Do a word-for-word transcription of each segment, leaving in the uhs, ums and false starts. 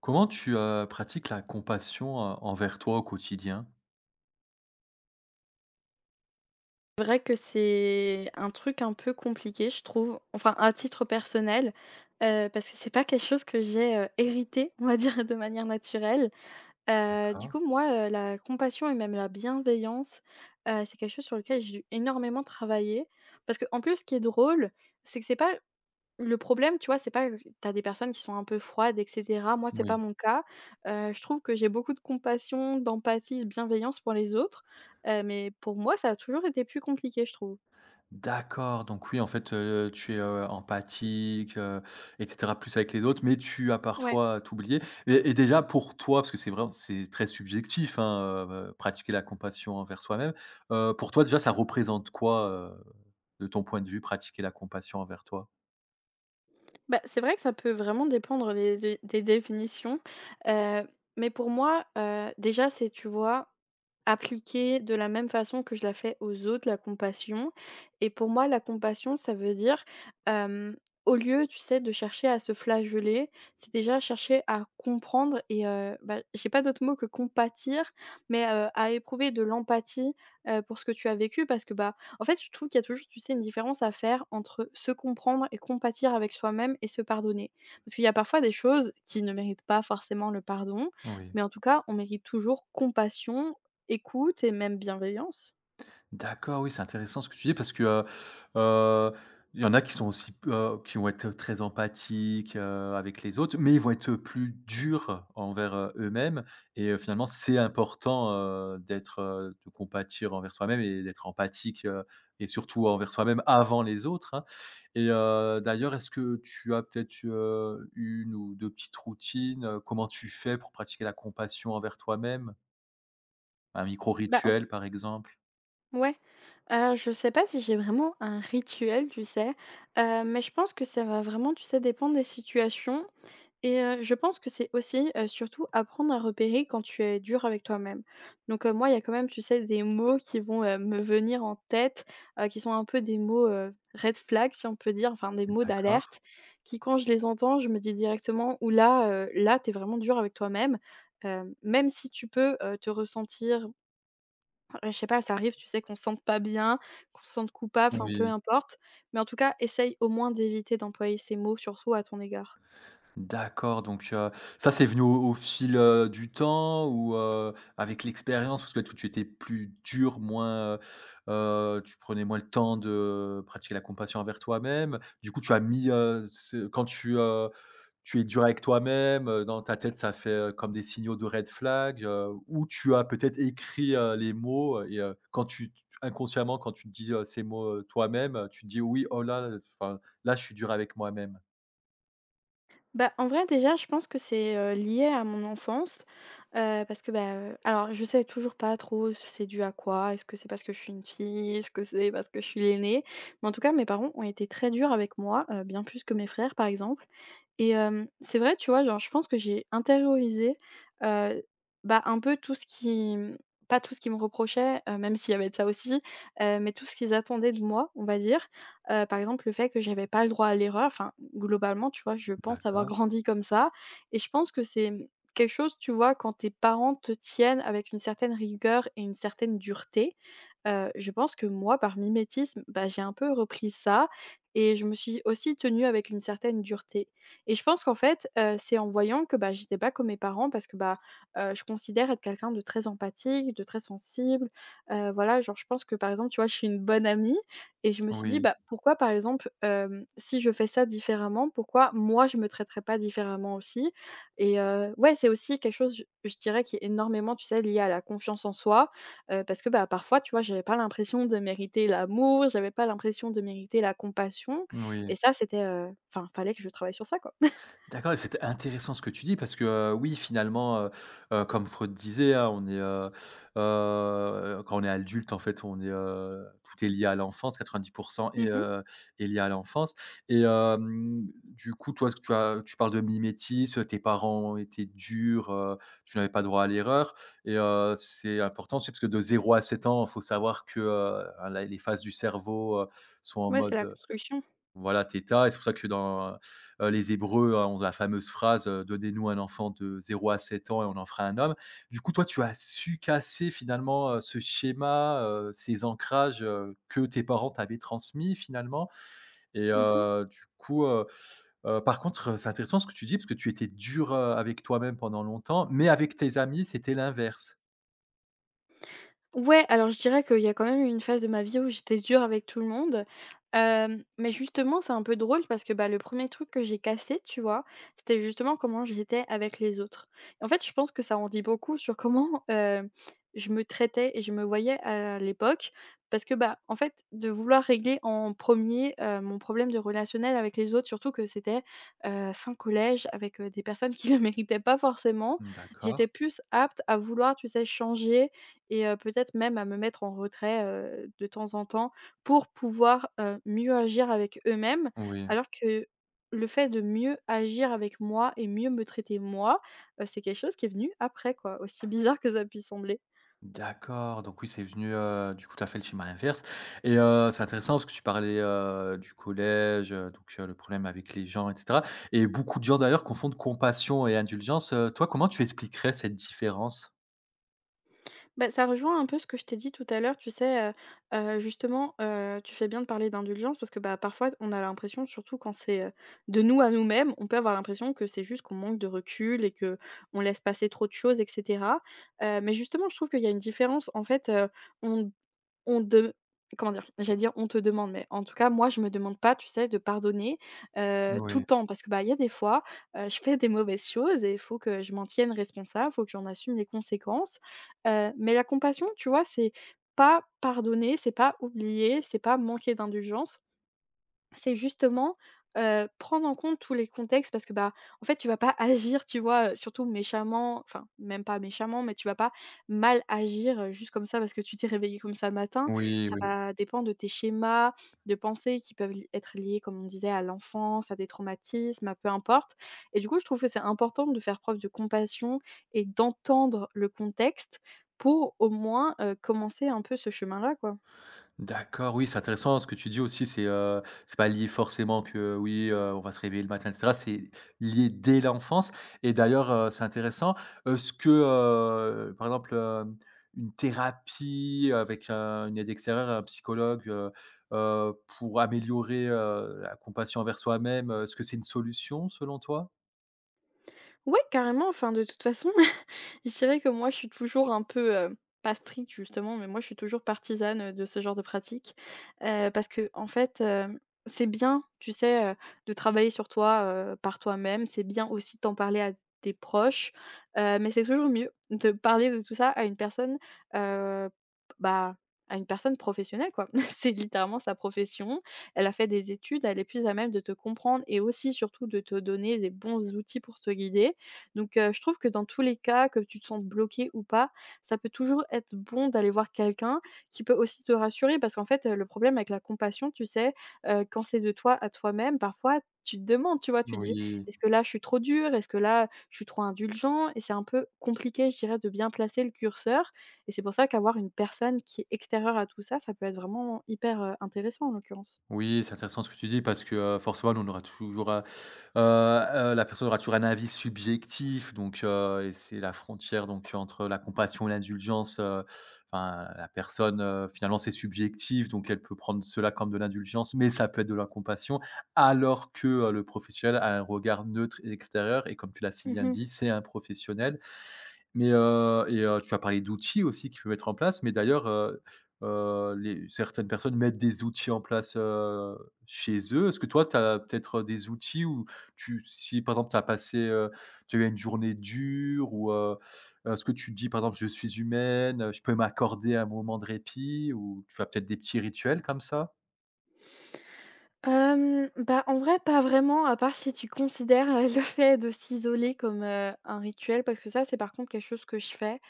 Comment tu, heu, pratiques la compassion, heu, envers toi au quotidien? C'est Vrai que c'est un truc un peu compliqué, je trouve, enfin à titre personnel, heu, parce que c'est pas quelque chose que j'ai, heu, hérité, on va dire, de manière naturelle. Heu, du D'accord. coup, moi, heu, la compassion et même la bienveillance, heu, c'est quelque chose sur lequel j'ai dû énormément travailler. Parce que en plus, ce qui est drôle, c'est que c'est pas le problème, tu vois, c'est pas, heu, tu des personnes qui sont un peu froides et cetera. Moi, c'est Oui. pas mon cas. Heu, je trouve que j'ai beaucoup de compassion, d'empathie de bienveillance pour les autres, heu, mais pour moi, ça a toujours été plus compliqué, je trouve. D'accord, donc oui, en fait, heu, tu es, heu, empathique, heu et cetera, plus avec les autres, mais tu as Ouais. parfois t'oublier et et déjà pour toi, parce que c'est vrai, c'est très subjectif, hein, heu pratiquer la compassion envers soi-même. Heu, pour toi, déjà, ça représente quoi, heu, de ton point de vue, pratiquer la compassion envers toi? Bah, c'est vrai que ça peut vraiment dépendre des des des définitions, heu, mais pour moi, heu, déjà, c'est, tu vois, appliquer de la même façon que je la fais aux autres, la compassion et pour moi, la compassion, ça veut dire, hem, au lieu, tu sais, de chercher à se flageller, c'est déjà chercher à comprendre et heu, bah, j'ai pas d'autre mot que compatir, mais heu, à éprouver de l'empathie, heu, pour ce que tu as vécu parce que, bah, en fait, je trouve qu'il y a toujours, tu sais, une différence à faire entre se comprendre et compatir avec soi-même et se pardonner. Parce qu'il y a parfois des choses qui ne méritent pas forcément le pardon, Oui. mais en tout cas, on mérite toujours compassion, écoute et même bienveillance. D'accord, oui, c'est intéressant ce que tu dis parce que, heu heu, il y en a qui sont aussi p qui vont être très empathiques, heu, avec les autres, mais ils vont être plus durs envers, heu, eux-mêmes et, heu, finalement, c'est important, heu, d'être, heu, de compatir envers soi-même et d'être empathique, heu et surtout envers soi-même avant les autres, hein, et heu, d'ailleurs, est-ce que tu as peut-être, heu, une ou deux petites routines, heu, comment tu fais pour pratiquer la compassion envers toi-même? Un micro Bah, en f rituel, par exemple? ouais, heu, je sais pas si j'ai vraiment un rituel, tu sais? Heu, mais je pense que ça va vraiment, tu sais, dépendre des situations. Et heu, je pense que c'est aussi, heu, surtout apprendre à repérer quand tu es dur avec toi-même. Donc, heu, moi, il y a quand même, tu sais, des mots qui vont, heu, me venir en tête, heu, qui sont un peu des mots, heu, red flag, si on peut dire, enfin des mots D'accord. d'alerte qui, quand je les entends, je me dis directement: «Ouh là, heu, là, t'es vraiment dur avec toi-même». Hem, même si tu peux, heu, te ressentir, ouais, je sais pas, ça arrive, tu sais, qu'on se sente pas bien, qu'on se sente coupable, enfin peu Oui. importe. Mais en tout cas, essaye au moins d'éviter d'employer ces mots, surtout à ton égard. D'accord, donc, heu, ça, c'est venu au au fil, heu, du temps, ou, heu, avec l'expérience? Parce que toi, tu étais plus dur, moins, heu tu prenais moins le temps de pratiquer la compassion envers toi-même. Du coup, tu as mis, heu, ce quand tu, heu, tu es dur avec toi-même, heu, dans ta tête, ça fait, heu, comme des signaux de red flag, heu, ou tu as peut-être écrit, heu, les mots, heu et, heu, quand tu inconsciemment, quand tu te dis, heu, ces mots, heu, toi-même, heu, tu te dis: «Oui, oh là, enfin, là, je suis dur avec moi-même». Bah, en vrai, déjà, je pense que c'est, heu, lié à mon enfance, heu, parce que, bah, heu, alors je sais toujours pas trop si c'est dû à quoi. Est-ce que c'est parce que je suis une fille? Est-ce que c'est parce que je suis l'aînée? Mais en tout cas, mes parents ont été très durs avec moi, heu, bien plus que mes frères, par exemple. Et hem, c'est vrai, tu vois, genre, je pense que j'ai intériorisé, heu, bah, un peu tout ce qui mmh, pas tout ce qu'ils me reprochaient, heu, même s'il y avait de ça aussi, heu, mais tout ce qu'ils attendaient de moi, on va dire. Heu, par exemple, le fait que j'avais pas le droit à l'erreur, enfin, globalement, tu vois, je pense avoir D'accord, grandi comme ça et je pense que c'est, mmh, quelque chose, tu vois, quand tes parents te tiennent avec une certaine rigueur et une certaine dureté, heu, je pense que moi, par mimétisme, bah, j'ai un peu repris ça et je me suis aussi tenue avec une certaine dureté. Et je pense qu'en fait, heu, c'est en voyant que, bah, j'étais pas comme mes parents parce que, bah, heu, je considère être quelqu'un de très empathique, de très sensible. Heu, voilà, genre, je pense que, par exemple, tu vois, je suis une bonne amie et je me suis dit: oui. «Bah, pourquoi, par exemple, hem, si je fais ça différemment, pourquoi moi je me traiterais pas différemment aussi?» Et heu, ouais, c'est aussi quelque chose, je je dirais, qui est énormément, tu sais, lié à la confiance en soi, heu, parce que, bah, parfois, tu vois, j'avais pas l'impression de mériter l'amour, j'avais pas l'impression de mériter la compassion Oui. et ça, c'était, heu, enfin, fallait que je travaille sur ça, quoi. D'accord et c'est intéressant ce que tu dis parce que, heu, oui finalement, heu heu, comme Freud disait, hein, on est, heu heu, quand on est adulte en fait on est, heu, tout est lié à l'enfance, quatre-vingt-dix est, Mmh. heu, est lié à l'enfance, et hem, du coup toi tu as tu parles de mimétisme, tes parents étaient durs, heu, tu n'avais pas droit à l'erreur et, heu, c'est important aussi parce que de zéro à sept ans, il faut savoir que, heu, la les phases du cerveau, heu, sont en Ouais, c'est la mode. construction. Voilà, Théta, et c'est pour ça que dans, heu, les Hébreux, hein, on a la fameuse phrase, heu: «Donnez-nous un enfant de zéro à sept ans et on en fera un homme». Du coup, toi, tu as su casser finalement, heu, ce schéma, heu, ces ancrages, heu, que tes parents t'avaient transmis finalement, et Mmh. heu, du coup, heu heu, par contre, heu, c'est intéressant ce que tu dis parce que tu étais dur, heu, avec toi-même pendant longtemps, mais avec tes amis, c'était l'inverse? Ouais, alors je dirais qu'il y a quand même eu une phase de ma vie où j'étais dure avec tout le monde. Hem, mais justement, c'est un peu drôle parce que, bah, le premier truc que j'ai cassé, tu vois? C'était justement comment j'étais avec les autres. Et en fait, je pense que ça en dit beaucoup sur comment, heu, je me traitais et je me voyais à l'époque. Parce que, bah, en fait, de vouloir régler en premier er mon problème de relationnel avec les autres, surtout que c'était, heu, fin collège avec, heu, des personnes qui ne le méritaient pas forcément. Mmh, d'accord. J'étais plus apte à vouloir, tu sais, changer et heu, peut-être même à me mettre en retrait, heu, de temps en temps pour pouvoir, heu, mieux agir avec eux-mêmes. Oui. Alors que le fait de mieux agir avec moi et mieux me traiter moi, heu, c'est quelque chose qui est venu après quoi, aussi bizarre que ça puisse sembler. D'accord, donc oui, c'est venu, heu, du coup, tu as fait le schéma inverse, et heu, c'est intéressant parce que tu parlais, heu, du collège, heu, donc, heu, le problème avec les gens et cetera, et beaucoup de gens d'ailleurs confondent compassion et indulgence. Heu, toi, comment tu expliquerais cette différence? Bah, ça rejoint un peu ce que je t'ai dit tout à l'heure, tu sais, heu heu, justement, heu, tu fais bien de parler d'indulgence parce que, bah, parfois on a l'impression, surtout quand c'est, heu, de nous à nous-mêmes, on peut avoir l'impression que c'est juste qu'on manque de recul et que on laisse passer trop de choses et cetera. Heu, mais justement, je trouve qu'il y a une différence en fait, heu, on on de comment dire? J'allais dire: «On te demande», mais en tout cas, moi, je me demande pas, tu sais, de pardonner, heu, tout Oui, le temps parce que, bah, il y a des fois, heu, je fais des mauvaises choses et il faut que je m'en tienne responsable, il faut que j'en assume les conséquences, heu, mais la compassion, tu vois, c'est pas pardonner, c'est pas oublier, c'est pas manquer d'indulgence. C'est justement, heu, prendre en compte tous les contextes parce que, bah, en fait, tu vas pas agir, tu vois, heu, surtout méchamment, enfin, même pas méchamment, mais tu vas pas mal agir, heu, juste comme ça parce que tu t'es réveillé comme ça le matin. oui, Ça oui. va dépendre de tes schémas de pensées qui peuvent li être liés, comme on disait, à l'enfance, à des traumatismes, à peu importe et du coup, je trouve que c'est important de faire preuve de compassion et d'entendre le contexte pour, au moins, heu, commencer un peu ce chemin-là, quoi. D'accord, oui, c'est intéressant ce que tu dis aussi, c'est, heu, c'est pas lié forcément que euh, oui, heu, on va se réveiller le matin et cetera, c'est lié dès l'enfance. Et d'ailleurs, heu, c'est intéressant. Est-ce que, heu, par exemple, hem, une thérapie avec un une aide extérieure, un psychologue, heu heu, pour améliorer, heu, la compassion envers soi-même, est-ce que c'est une solution selon toi? Ouais, carrément, enfin, de toute façon, je dirais que moi, je suis toujours un peu, heu, pas stricte justement, mais moi je suis toujours partisane, heu, de ce genre de pratique, heu, parce que, en fait, hem, c'est bien, tu sais, heu, de travailler sur toi, heu, par toi-même. C'est bien aussi de t'en parler à tes proches, heu, mais c'est toujours mieux de parler de tout ça à une personne, heu, bah, à une personne professionnelle, quoi. C'est littéralement sa profession. Elle a fait des études, elle est plus à même de te comprendre et aussi surtout de te donner des bons outils pour te guider. Donc heu, je trouve que dans tous les cas, que tu te sentes bloqué ou pas, ça peut toujours être bon d'aller voir quelqu'un qui peut aussi te rassurer. Parce qu'en fait, heu, le problème avec la compassion, tu sais, heu, quand c'est de toi à toi-même, parfois tu te demandes, tu vois? Tu dis: Oui. «Est-ce que là, je suis trop dur? Est-ce que là, je suis trop indulgent?» Et c'est un peu compliqué, je dirais, de bien placer le curseur et c'est pour ça qu'avoir une personne qui est extérieure à tout ça, ça peut être vraiment hyper, heu, intéressant en l'occurrence. Oui, c'est intéressant ce que tu dis parce que, heu, forcément, nous, on aura toujours, heu heu la personne aura toujours un avis subjectif, donc, heu et c'est la frontière donc entre la compassion et l'indulgence, heu, enfin, la personne, heu, finalement, c'est subjectif, donc elle peut prendre cela comme de l'indulgence, mais ça peut être de la compassion alors que, heu, le professionnel a un regard neutre et extérieur, et comme tu l'as si bien Mmh. dit, c'est un professionnel, mais, heu et, heu, tu as parlé d'outils aussi qu'il peut mettre en place, mais d'ailleurs, heu heu, les certaines personnes mettent des outils en place, heu, chez eux. Est-ce que toi, tu as peut-être des outils où tu si par exemple tu as passé, heu, tu as eu une journée dure, ou, heu, est-ce que tu te dis par exemple: «Je suis humaine, heu, je peux m'accorder un moment de répit», ou tu as peut-être des petits rituels comme ça? Hem, bah, en vrai, pas vraiment, à part si tu considères, heu, le fait de s'isoler comme, heu, un rituel, parce que ça, c'est par contre quelque chose que je fais.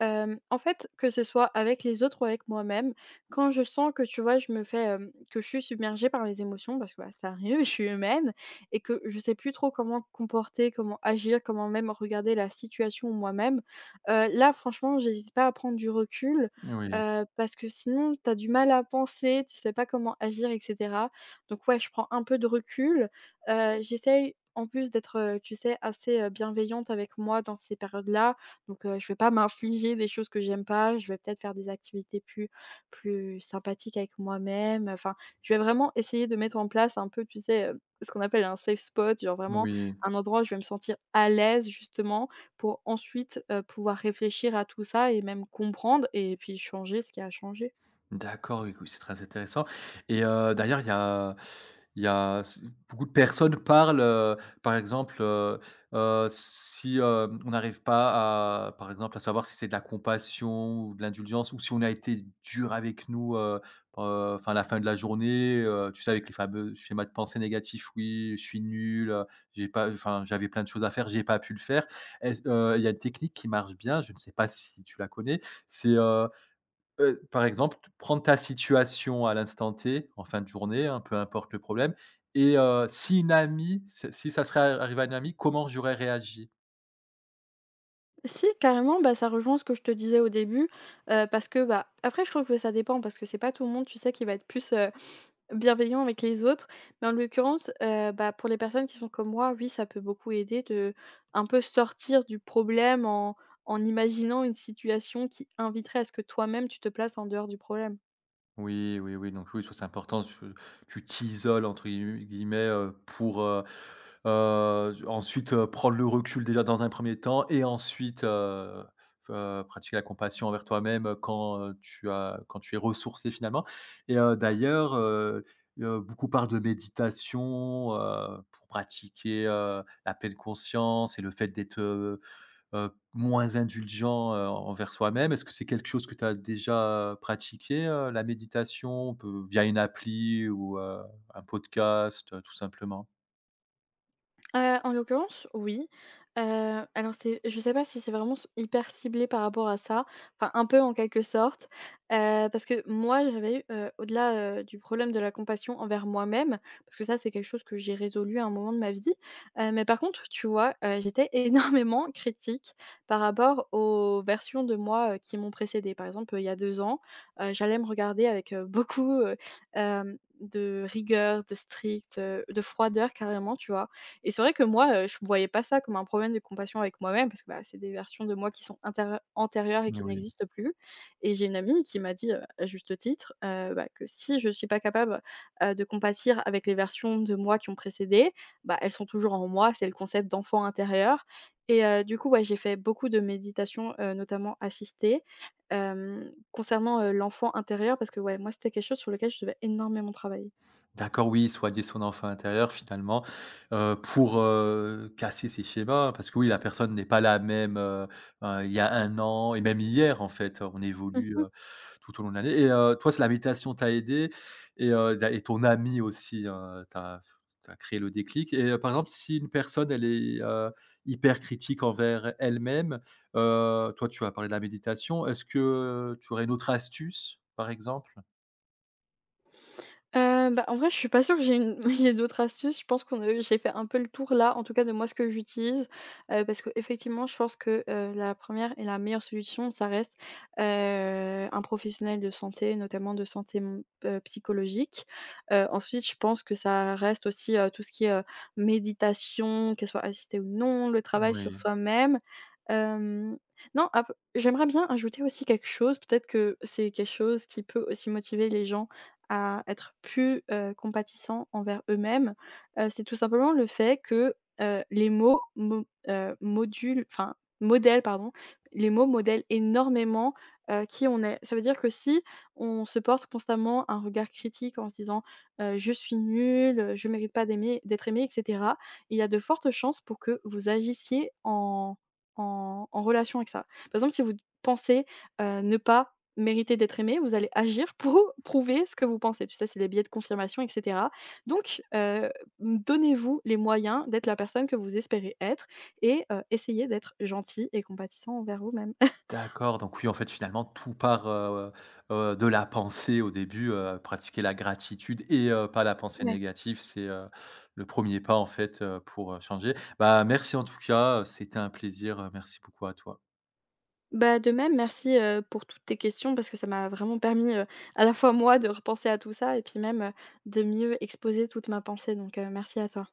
Hem, en fait, que ce soit avec les autres ou avec moi-même, quand je sens que, tu vois, je me fais, hem, que je suis submergée par les émotions parce que, bah, ça arrive, je suis humaine et que je sais plus trop comment comporter, comment agir, comment même regarder la situation moi-même, heu, là, franchement, j'hésite pas à prendre du recul, Oui, heu, parce que sinon tu as du mal à penser, tu sais pas comment agir et cetera. Donc ouais, je prends un peu de recul, heu, j'essaye en plus d'être, heu, tu sais, assez, heu, bienveillante avec moi dans ces périodes-là. Donc, heu, je vais pas m'infliger des choses que j'aime pas, je vais peut-être faire des activités plus plus sympathiques avec moi-même, enfin, je vais vraiment essayer de mettre en place un peu, tu sais, heu, ce qu'on appelle un safe spot, genre vraiment oui. un endroit où je vais me sentir à l'aise justement pour ensuite, heu, pouvoir réfléchir à tout ça et même comprendre et puis changer ce qui a changé. D'accord, oui, oui, c'est très intéressant. Et, heu, derrière il y a il y a beaucoup de personnes parlent, heu, par exemple, heu heu, si, heu, on n'arrive pas à, par exemple, à savoir si c'est de la compassion ou de l'indulgence ou si on a été dur avec nous, heu heu, enfin à la fin de la journée, heu, tu sais avec les fameux schémas de pensée négatifs: «Oui, je suis nul, heu, j'ai pas enfin j'avais plein de choses à faire, j'ai pas pu le faire». Est-ce, heu, il y a une technique qui marche bien, je ne sais pas si tu la connais, c'est, heu, Heu, par exemple, prends ta situation à l'instant T, en fin de journée, hein, peu importe le problème, et heu, si une amie, si si ça serait arrivé à une amie, comment j'aurais réagi? Si, carrément, bah, ça rejoint ce que je te disais au début, heu, parce que, bah, après je trouve que ça dépend parce que c'est pas tout le monde, tu sais, qui va être plus, heu bienveillant avec les autres, mais en l'occurrence, heu, bah, pour les personnes qui sont comme moi, oui, ça peut beaucoup aider de un peu sortir du problème en en imaginant une situation qui inviterait à ce que toi-même tu te places en dehors du problème. Oui, oui, oui, donc oui, je c'est important, tu tu t'isoles entre guillemets guillemets, heu, pour, heu heu, ensuite, heu, prendre le recul déjà dans un premier temps, et ensuite, heu heu, pratiquer la compassion envers toi-même, heu, quand, heu, tu as quand tu es ressourcé finalement. Et, heu, d'ailleurs, heu heu, beaucoup parlent de méditation, heu, pour pratiquer, heu, la pleine conscience et le fait d'être, heu, Heu, moins indulgent, heu, envers soi-même. Est-ce que c'est quelque chose que tu as déjà euh, pratiqué, heu, la méditation? Peu via une appli, ou, heu, un podcast, heu, tout simplement? Heu, en l'occurrence, oui. Heu, alors c'est je sais pas si c'est vraiment c hyper ciblé par rapport à ça, enfin un peu en quelque sorte, heu, parce que moi j'avais eu, heu, au-delà, heu, du problème de la compassion envers moi-même, parce que ça c'est quelque chose que j'ai résolu à un moment de ma vie, heu, mais par contre, tu vois, heu, j'étais énormément critique par rapport aux versions de moi, heu, qui m'ont précédée. Par exemple, il y a deux ans, heu, j'allais me regarder avec, heu, beaucoup, heu, hem, de rigueur, de strict, heu, de froideur carrément, tu vois? Et c'est vrai que moi, heu, je voyais pas ça comme un problème de compassion avec moi-même parce que, bah, c'est des versions de moi qui sont intérieu antérieures et qui Oui. n'existent plus. Et j'ai une amie qui m'a dit, heu, à juste titre, heu, bah, que si je suis pas capable, heu, de compatir avec les versions de moi qui ont précédé, bah, elles sont toujours en moi, c'est le concept d'enfant intérieur. Et heu, du coup, ouais, j'ai fait beaucoup de méditations, heu, notamment assistées, hem, concernant, heu, l'enfant intérieur parce que, ouais, moi, c'était quelque chose sur lequel je devais énormément travailler. D'accord, oui, soigner son enfant intérieur finalement, heu, pour, heu, casser ces schémas. Parce que oui, la personne n'est pas la même, heu heu, il y a un an et même hier en fait, on évolue, Mmh. heu, tout au long de l'année, et, heu, toi, c'est la méditation t'a aidé, et heu, da et ton ami aussi, heu, t'a t'a créé le déclic. Et, heu, par exemple, si une personne elle est, heu, hyper critique envers elle-même, heu, toi, tu as parlé de la méditation, est-ce que tu aurais une autre astuce, par exemple? Heu, bah, en vrai, je suis pas sûre que j'ai une j'ai d'autres astuces. Je pense qu'on a j'ai fait un peu le tour là, en tout cas de moi, ce que j'utilise, heu, parce qu'effectivement, je pense que, heu, la première et la meilleure solution, ça reste, heu, un professionnel de santé, notamment de santé, mmh, heu, psychologique. Heu, ensuite, je pense que ça reste aussi, heu, tout ce qui est, heu, méditation, qu'elle soit assistée ou non, le travail sur Oui. soi-même. Hem, non, ap j'aimerais bien ajouter aussi quelque chose, peut-être que c'est quelque chose qui peut aussi motiver les gens à être plus, heu, compatissants envers eux-mêmes, heu, c'est tout simplement le fait que, heu, les mots mo heu, modulent enfin, modèlent pardon, les mots modèlent énormément, heu, qui on est. Ça veut dire que si on se porte constamment un regard critique en se disant, heu: «Je suis nul, je mérite pas d'aimer d'être aimé» et cetera, il y a de fortes chances pour que vous agissiez en en en relation avec ça. Par exemple, si vous pensez, heu, ne pas méritez d'être aimé, vous allez agir pour prouver ce que vous pensez. Tu sais, c'est les biais de confirmation et cetera. Donc, heu, mmh, donnez-vous les moyens d'être la personne que vous espérez être et heu, essayez d'être gentil et compatissant envers vous-même. D'accord, donc oui, en fait, finalement, tout part, heu heu, de la pensée au début, heu, pratiquer la gratitude, et heu, pas la pensée Ouais. négative, c'est, heu, le premier pas, en fait, heu, pour, heu, changer. Bah, merci en tout cas, heu, c'était un plaisir, heu, merci beaucoup à toi. Bah, de même, merci, heu, pour toutes tes questions parce que ça m'a vraiment permis, heu, à la fois moi de repenser à tout ça et puis même, heu, de mieux exposer toute ma pensée donc, heu, merci à toi.